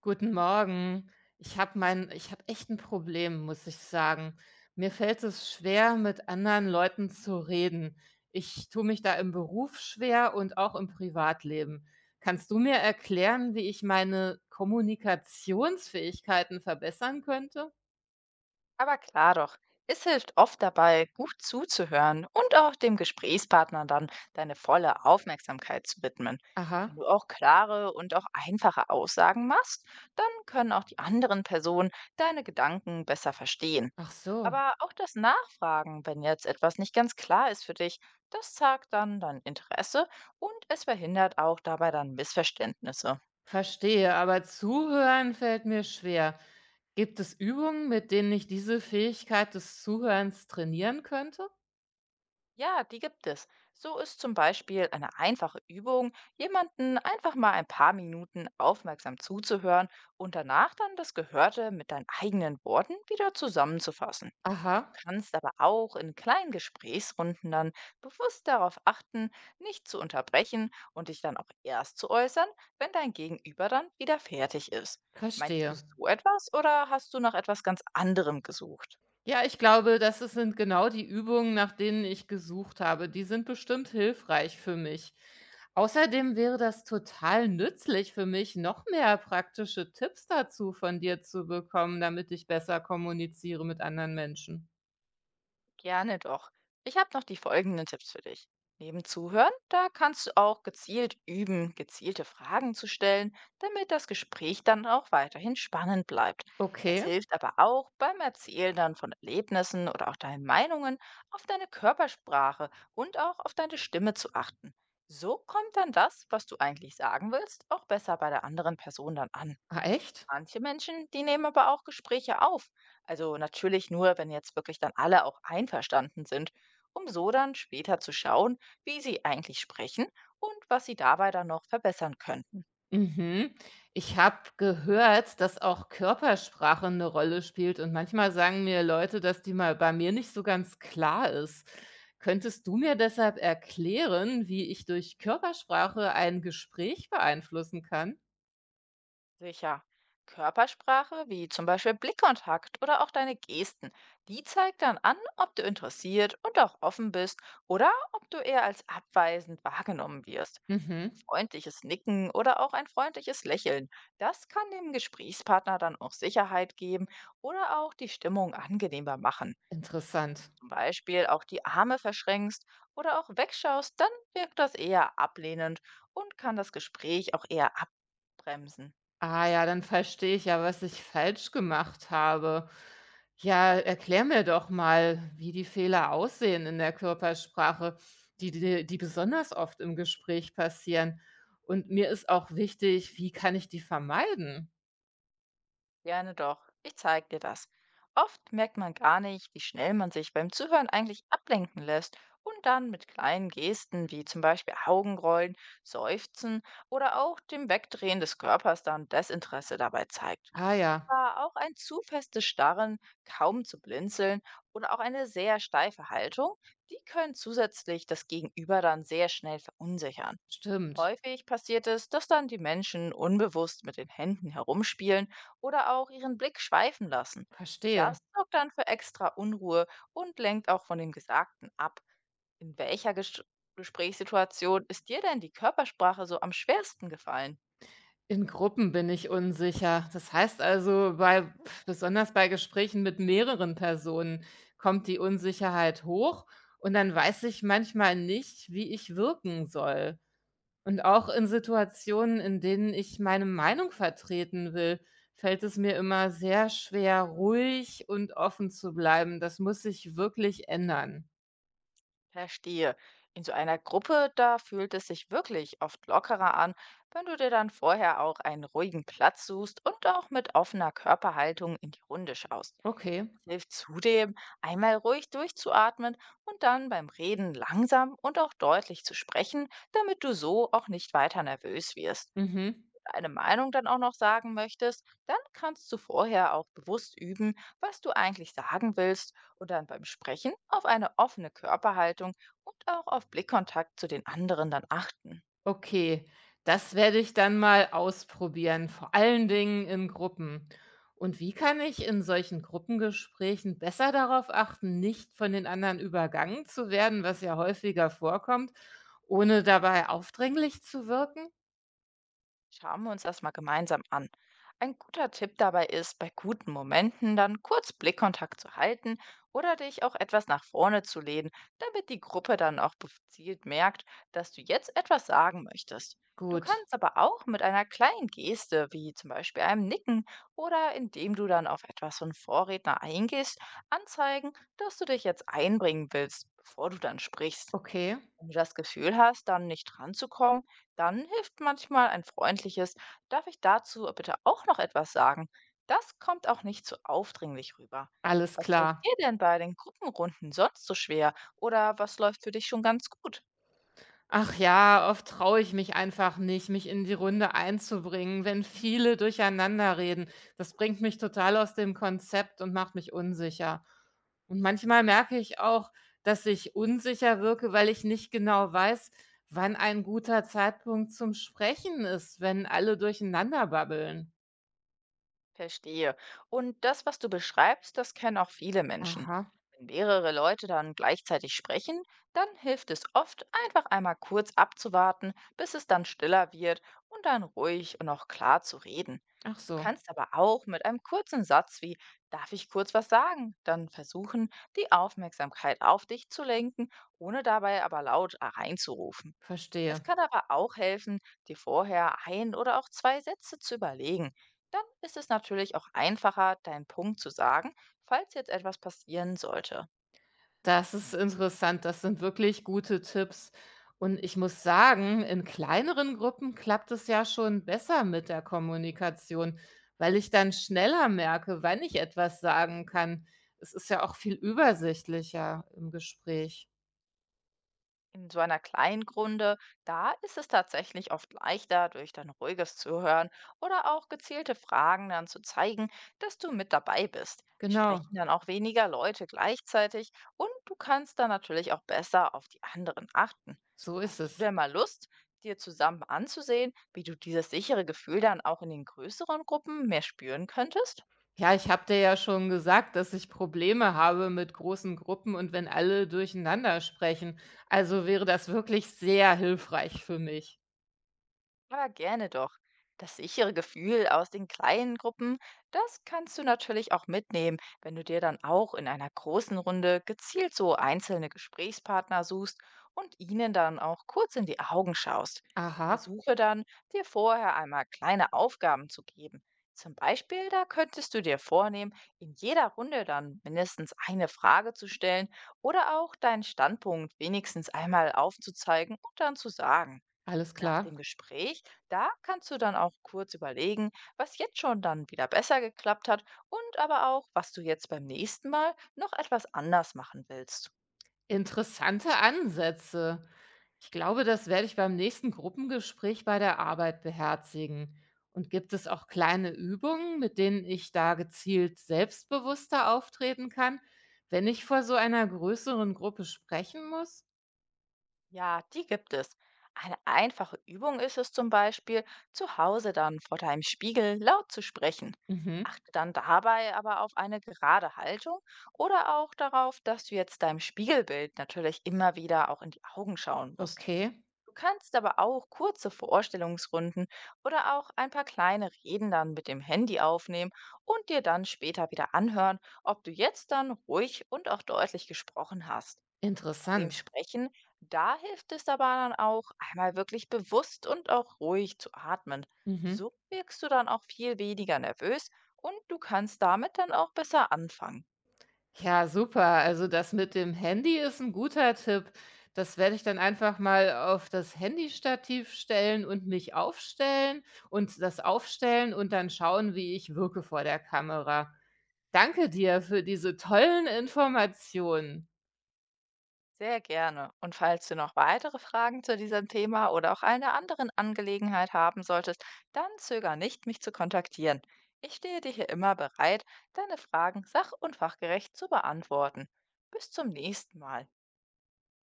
Guten Morgen. Ich habe echt 'n Problem, muss ich sagen. Mir fällt es schwer, mit anderen Leuten zu reden. Ich tue mich da im Beruf schwer und auch im Privatleben. Kannst du mir erklären, wie ich meine Kommunikationsfähigkeiten verbessern könnte? Aber klar doch, es hilft oft dabei, gut zuzuhören und auch dem Gesprächspartner dann deine volle Aufmerksamkeit zu widmen. Aha, Wenn du auch klare und auch einfache Aussagen machst, dann können auch die anderen Personen deine Gedanken besser verstehen. ach so, Aber auch das Nachfragen, wenn jetzt etwas nicht ganz klar ist für dich, das zeigt dann dein Interesse und es verhindert auch dabei dann Missverständnisse. verstehe, aber zuhören fällt mir schwer. Gibt es Übungen, mit denen ich diese Fähigkeit des Zuhörens trainieren könnte? Ja, die gibt es. So ist zum Beispiel eine einfache Übung, jemanden einfach mal ein paar Minuten aufmerksam zuzuhören und danach dann das Gehörte mit deinen eigenen Worten wieder zusammenzufassen. Aha, Du kannst aber auch in kleinen Gesprächsrunden dann bewusst darauf achten, nicht zu unterbrechen und dich dann auch erst zu äußern, wenn dein Gegenüber dann wieder fertig ist. Meinst du verstehe. so etwas oder hast du nach etwas ganz anderem gesucht? Ja, ich glaube, das es sind genau die Übungen, nach denen ich gesucht habe. Die sind bestimmt hilfreich für mich. Außerdem wäre das total nützlich für mich, noch mehr praktische Tipps dazu von dir zu bekommen, damit ich besser kommuniziere mit anderen Menschen. Gerne doch. Ich habe noch die folgenden Tipps für dich. Neben Zuhören, da kannst du auch gezielt üben, gezielte Fragen zu stellen, damit das Gespräch dann auch weiterhin spannend bleibt. Es Okay, hilft aber auch beim Erzählen dann von Erlebnissen oder auch deinen Meinungen auf deine Körpersprache und auch auf deine Stimme zu achten. So kommt dann das, was du eigentlich sagen willst, auch besser bei der anderen Person dann an. ah, echt? Manche Menschen, die nehmen aber auch Gespräche auf. Also natürlich nur, wenn jetzt wirklich dann alle auch einverstanden sind, um so dann später zu schauen, wie sie eigentlich sprechen und was sie dabei dann noch verbessern können. Mhm. Ich habe gehört, dass auch Körpersprache eine Rolle spielt und manchmal sagen mir Leute, dass die mal bei mir nicht so ganz klar ist. Könntest du mir deshalb erklären, wie ich durch Körpersprache ein Gespräch beeinflussen kann? Sicher. Körpersprache, wie zum Beispiel Blickkontakt oder auch deine Gesten, die zeigt dann an, ob du interessiert und auch offen bist oder ob du eher als abweisend wahrgenommen wirst. Ein Mhm. freundliches Nicken oder auch ein freundliches Lächeln, das kann dem Gesprächspartner dann auch Sicherheit geben oder auch die Stimmung angenehmer machen. Interessant. Zum Beispiel auch die Arme verschränkst oder auch wegschaust, dann wirkt das eher ablehnend und kann das Gespräch auch eher abbremsen. Ah ja, dann verstehe ich ja, was ich falsch gemacht habe. Ja, erklär mir doch mal, wie die Fehler aussehen in der Körpersprache, die besonders oft im Gespräch passieren. Und mir ist auch wichtig, wie kann ich die vermeiden? Gerne doch. Ich zeig dir das. Oft merkt man gar nicht, wie schnell man sich beim Zuhören eigentlich ablenken lässt und dann mit kleinen Gesten wie zum Beispiel Augenrollen, Seufzen oder auch dem Wegdrehen des Körpers dann Desinteresse dabei zeigt. Ah ja, Aber auch ein zu festes Starren, kaum zu blinzeln oder auch eine sehr steife Haltung, die können zusätzlich das Gegenüber dann sehr schnell verunsichern. stimmt. Häufig passiert es, dass dann die Menschen unbewusst mit den Händen herumspielen oder auch ihren Blick schweifen lassen. Verstehe. Das sorgt dann für extra Unruhe und lenkt auch von dem Gesagten ab. In welcher Gesch- Gesprächssituation ist dir denn die Körpersprache so am schwersten gefallen? In Gruppen bin ich unsicher. Das heißt also, bei besonders bei Gesprächen mit mehreren Personen kommt die Unsicherheit hoch und dann weiß ich manchmal nicht, wie ich wirken soll. Und auch in Situationen, in denen ich meine Meinung vertreten will, fällt es mir immer sehr schwer, ruhig und offen zu bleiben. Das muss sich wirklich ändern. Verstehe. In so einer Gruppe, da fühlt es sich wirklich oft lockerer an, wenn du dir dann vorher auch einen ruhigen Platz suchst und auch mit offener Körperhaltung in die Runde schaust. Okay. Es hilft zudem, einmal ruhig durchzuatmen und dann beim Reden langsam und auch deutlich zu sprechen, damit du so auch nicht weiter nervös wirst. Mhm. Wenn du eine Meinung dann auch noch sagen möchtest, dann kannst du vorher auch bewusst üben, was du eigentlich sagen willst und dann beim Sprechen auf eine offene Körperhaltung und auch auf Blickkontakt zu den anderen dann achten. Okay, das werde ich dann mal ausprobieren, vor allen Dingen in Gruppen. Und wie kann ich in solchen Gruppengesprächen besser darauf achten, nicht von den anderen übergangen zu werden, was ja häufiger vorkommt, ohne dabei aufdringlich zu wirken? Schauen wir uns das mal gemeinsam an. Ein guter Tipp dabei ist, bei guten Momenten dann kurz Blickkontakt zu halten oder dich auch etwas nach vorne zu lehnen, damit die Gruppe dann auch gezielt merkt, dass du jetzt etwas sagen möchtest. Du Gut, kannst aber auch mit einer kleinen Geste, wie zum Beispiel einem Nicken oder indem du dann auf etwas von Vorredner eingehst, anzeigen, dass du dich jetzt einbringen willst, bevor du dann sprichst. okay, Wenn du das Gefühl hast, dann nicht ranzukommen, dann hilft manchmal ein freundliches, darf ich dazu bitte auch noch etwas sagen? Das kommt auch nicht zu aufdringlich rüber. alles Was fällt klar. dir denn bei den Gruppenrunden sonst so schwer oder was läuft für dich schon ganz gut? Ach ja, oft traue ich mich einfach nicht, mich in die Runde einzubringen, wenn viele durcheinander reden. Das bringt mich total aus dem Konzept und macht mich unsicher. Und manchmal merke ich auch, dass ich unsicher wirke, weil ich nicht genau weiß, wann ein guter Zeitpunkt zum Sprechen ist, wenn alle durcheinander babbeln. Verstehe. Und das, was du beschreibst, das kennen auch viele Menschen. Aha, Wenn mehrere Leute dann gleichzeitig sprechen, dann hilft es oft, einfach einmal kurz abzuwarten, bis es dann stiller wird und dann ruhig und auch klar zu reden. ach Du so, kannst aber auch mit einem kurzen Satz wie darf ich kurz was sagen? Dann versuchen, die Aufmerksamkeit auf dich zu lenken, ohne dabei aber laut reinzurufen. Es verstehe. kann aber auch helfen, dir vorher ein oder auch zwei Sätze zu überlegen. Dann ist es natürlich auch einfacher, deinen Punkt zu sagen, falls jetzt etwas passieren sollte. Das ist interessant. Das sind wirklich gute Tipps. Und ich muss sagen, in kleineren Gruppen klappt es ja schon besser mit der Kommunikation, weil ich dann schneller merke, wann ich etwas sagen kann. Es ist ja auch viel übersichtlicher im Gespräch. In so einer kleinen Grunde, da ist es tatsächlich oft leichter, durch dein ruhiges Zuhören oder auch gezielte Fragen dann zu zeigen, dass du mit dabei bist. Es Genau, sprechen dann auch weniger Leute gleichzeitig und du kannst dann natürlich auch besser auf die anderen achten. so ist Hast du es. denn mal Lust, dir zusammen anzusehen, wie du dieses sichere Gefühl dann auch in den größeren Gruppen mehr spüren könntest? Ja, ich habe dir ja schon gesagt, dass ich Probleme habe mit großen Gruppen und wenn alle durcheinander sprechen. Also wäre das wirklich sehr hilfreich für mich. Aber gerne doch. Das sichere Gefühl aus den kleinen Gruppen, das kannst du natürlich auch mitnehmen, wenn du dir dann auch in einer großen Runde gezielt so einzelne Gesprächspartner suchst und ihnen dann auch kurz in die Augen schaust. Aha, Versuche dann, dir vorher einmal kleine Aufgaben zu geben. Zum Beispiel, da könntest du dir vornehmen, in jeder Runde dann mindestens eine Frage zu stellen oder auch deinen Standpunkt wenigstens einmal aufzuzeigen und dann zu sagen. alles Nach klar. dem Gespräch, da kannst du dann auch kurz überlegen, was jetzt schon dann wieder besser geklappt hat und aber auch, was du jetzt beim nächsten Mal noch etwas anders machen willst. Interessante Ansätze. Ich glaube, das werde ich beim nächsten Gruppengespräch bei der Arbeit beherzigen. Und gibt es auch kleine Übungen, mit denen ich da gezielt selbstbewusster auftreten kann, wenn ich vor so einer größeren Gruppe sprechen muss? Ja, die gibt es. Eine einfache Übung ist es zum Beispiel, zu Hause dann vor deinem Spiegel laut zu sprechen. Mhm. Achte dann dabei aber auf eine gerade Haltung oder auch darauf, dass du jetzt deinem Spiegelbild natürlich immer wieder auch in die Augen schauen musst. Okay, Du kannst aber auch kurze Vorstellungsrunden oder auch ein paar kleine Reden dann mit dem Handy aufnehmen und dir dann später wieder anhören, ob du jetzt dann ruhig und auch deutlich gesprochen hast. Vor dem interessant. Sprechen, da hilft es aber dann auch, einmal wirklich bewusst und auch ruhig zu atmen. Mhm. So wirkst du dann auch viel weniger nervös und du kannst damit dann auch besser anfangen. Ja, super. Also das mit dem Handy ist ein guter Tipp. Das werde ich dann einfach mal auf das Handystativ stellen und mich aufstellen und das aufstellen und dann schauen, wie ich wirke vor der Kamera. Danke dir für diese tollen Informationen. Sehr gerne. Und falls du noch weitere Fragen zu diesem Thema oder auch einer anderen Angelegenheit haben solltest, dann zöger nicht, mich zu kontaktieren. Ich stehe dir hier immer bereit, deine Fragen sach- und fachgerecht zu beantworten. Bis zum nächsten Mal.